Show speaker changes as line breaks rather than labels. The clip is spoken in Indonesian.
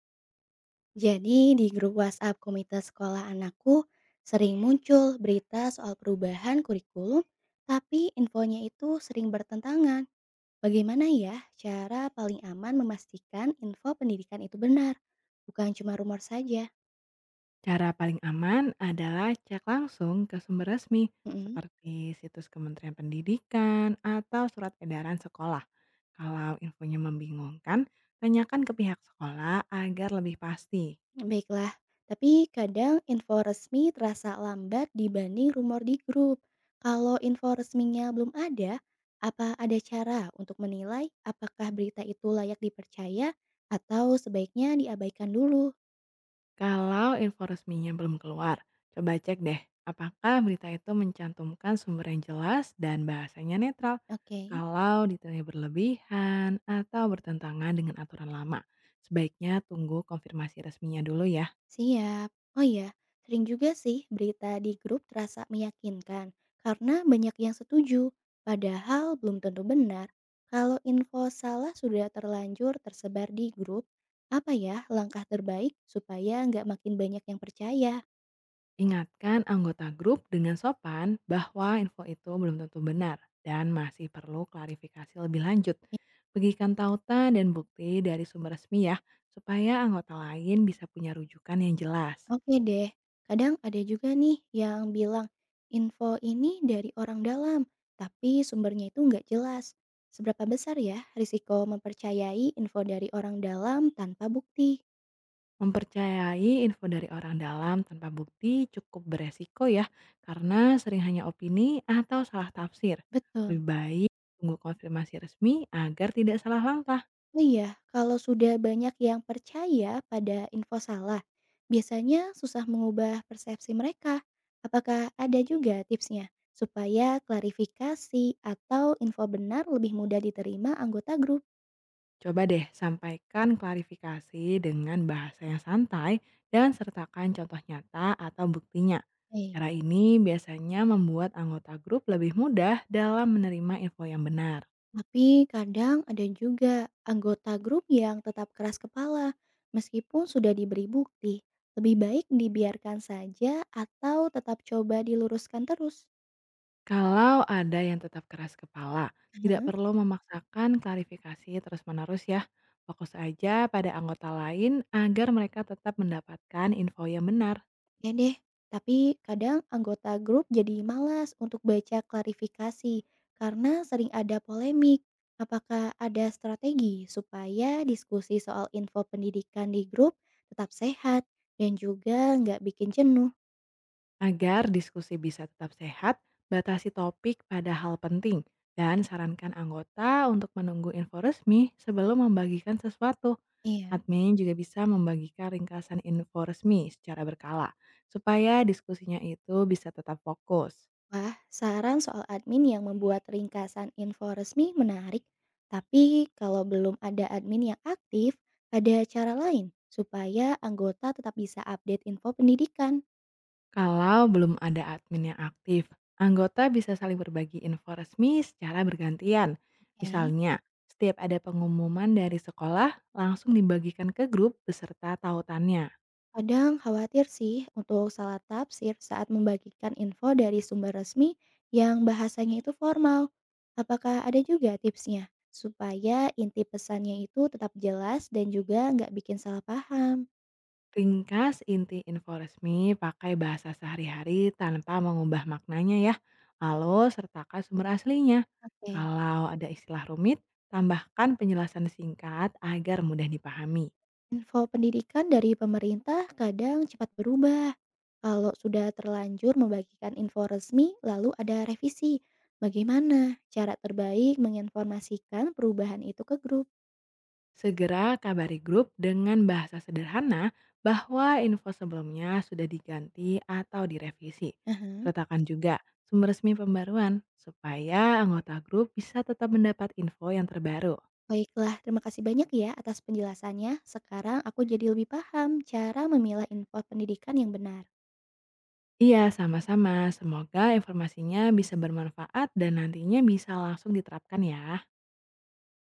Jadi di grup WhatsApp komunitas sekolah anakku sering muncul berita soal perubahan kurikulum, tapi infonya itu sering bertentangan. Bagaimana ya cara paling aman memastikan info pendidikan itu benar, bukan cuma rumor saja?
Cara paling aman adalah cek langsung ke sumber resmi
Mm-mm.
seperti situs Kementerian Pendidikan atau surat edaran sekolah. Kalau infonya membingungkan, tanyakan ke pihak sekolah agar lebih pasti.
Baiklah, tapi kadang info resmi terasa lambat dibanding rumor di grup. Kalau info resminya belum ada, apa ada cara untuk menilai apakah berita itu layak dipercaya atau sebaiknya diabaikan dulu?
Kalau info resminya belum keluar, coba cek deh apakah berita itu mencantumkan sumber yang jelas dan bahasanya netral.
Oke.
Kalau detailnya berlebihan atau bertentangan dengan aturan lama, sebaiknya tunggu konfirmasi resminya dulu ya.
Siap. Oh iya, sering juga sih berita di grup terasa meyakinkan karena banyak yang setuju, padahal belum tentu benar. Kalau info salah sudah terlanjur tersebar di grup, apa ya langkah terbaik supaya nggak makin banyak yang percaya?
Ingatkan anggota grup dengan sopan bahwa info itu belum tentu benar dan masih perlu klarifikasi lebih lanjut. Bagikan tautan dan bukti dari sumber resmi ya, supaya anggota lain bisa punya rujukan yang jelas.
Oke deh, kadang ada juga nih yang bilang info ini dari orang dalam, tapi sumbernya itu nggak jelas. Seberapa besar ya risiko mempercayai info dari orang dalam tanpa bukti?
Mempercayai info dari orang dalam tanpa bukti cukup beresiko ya, karena sering hanya opini atau salah tafsir. Lebih
Betul.
baik tunggu konfirmasi resmi agar tidak salah langkah.
Oh iya, kalau sudah banyak yang percaya pada info salah, biasanya susah mengubah persepsi mereka. Apakah ada juga tipsnya supaya klarifikasi atau info benar lebih mudah diterima anggota grup?
Coba deh sampaikan klarifikasi dengan bahasa yang santai dan sertakan contoh nyata atau buktinya.
Baik.
Cara ini biasanya membuat anggota grup lebih mudah dalam menerima info yang benar.
Tapi kadang ada juga anggota grup yang tetap keras kepala meskipun sudah diberi bukti. Lebih baik dibiarkan saja atau tetap coba diluruskan terus.
Kalau ada yang tetap keras kepala, tidak
Aha.
perlu memaksakan klarifikasi terus-menerus ya. Fokus aja pada anggota lain agar mereka tetap mendapatkan info yang benar.
Ya deh, tapi kadang anggota grup jadi malas untuk baca klarifikasi karena sering ada polemik. Apakah ada strategi supaya diskusi soal info pendidikan di grup tetap sehat dan juga nggak bikin jenuh?
Agar diskusi bisa tetap sehat, batasi topik pada hal penting dan sarankan anggota untuk menunggu info resmi sebelum membagikan sesuatu.
Iya.
Admin juga bisa membagikan ringkasan info resmi secara berkala supaya diskusinya itu bisa tetap fokus.
Wah, saran soal admin yang membuat ringkasan info resmi menarik. Tapi kalau belum ada admin yang aktif, ada cara lain supaya anggota tetap bisa update info pendidikan.
Kalau belum ada admin yang aktif, anggota bisa saling berbagi info resmi secara bergantian.
Oke.
Misalnya, setiap ada pengumuman dari sekolah, langsung dibagikan ke grup beserta tautannya.
Kadang khawatir sih untuk salah tafsir saat membagikan info dari sumber resmi yang bahasanya itu formal. Apakah ada juga tipsnya supaya inti pesannya itu tetap jelas dan juga nggak bikin salah paham?
Ringkas inti info resmi pakai bahasa sehari-hari tanpa mengubah maknanya ya. Lalu sertakan sumber aslinya.
Oke,
Kalau ada istilah rumit, tambahkan penjelasan singkat agar mudah dipahami.
info pendidikan dari pemerintah kadang cepat berubah. Kalau sudah terlanjur membagikan info resmi, lalu ada revisi. Bagaimana cara terbaik menginformasikan perubahan itu ke grup?
Segera kabari grup dengan bahasa sederhana bahwa info sebelumnya sudah diganti atau direvisi.
Aha.
Sertakan juga sumber resmi pembaruan supaya anggota grup bisa tetap mendapat info yang terbaru.
Baiklah, terima kasih banyak ya atas penjelasannya. Sekarang aku jadi lebih paham cara memilah info pendidikan yang benar.
Iya, sama-sama. Semoga informasinya bisa bermanfaat dan nantinya bisa langsung diterapkan ya.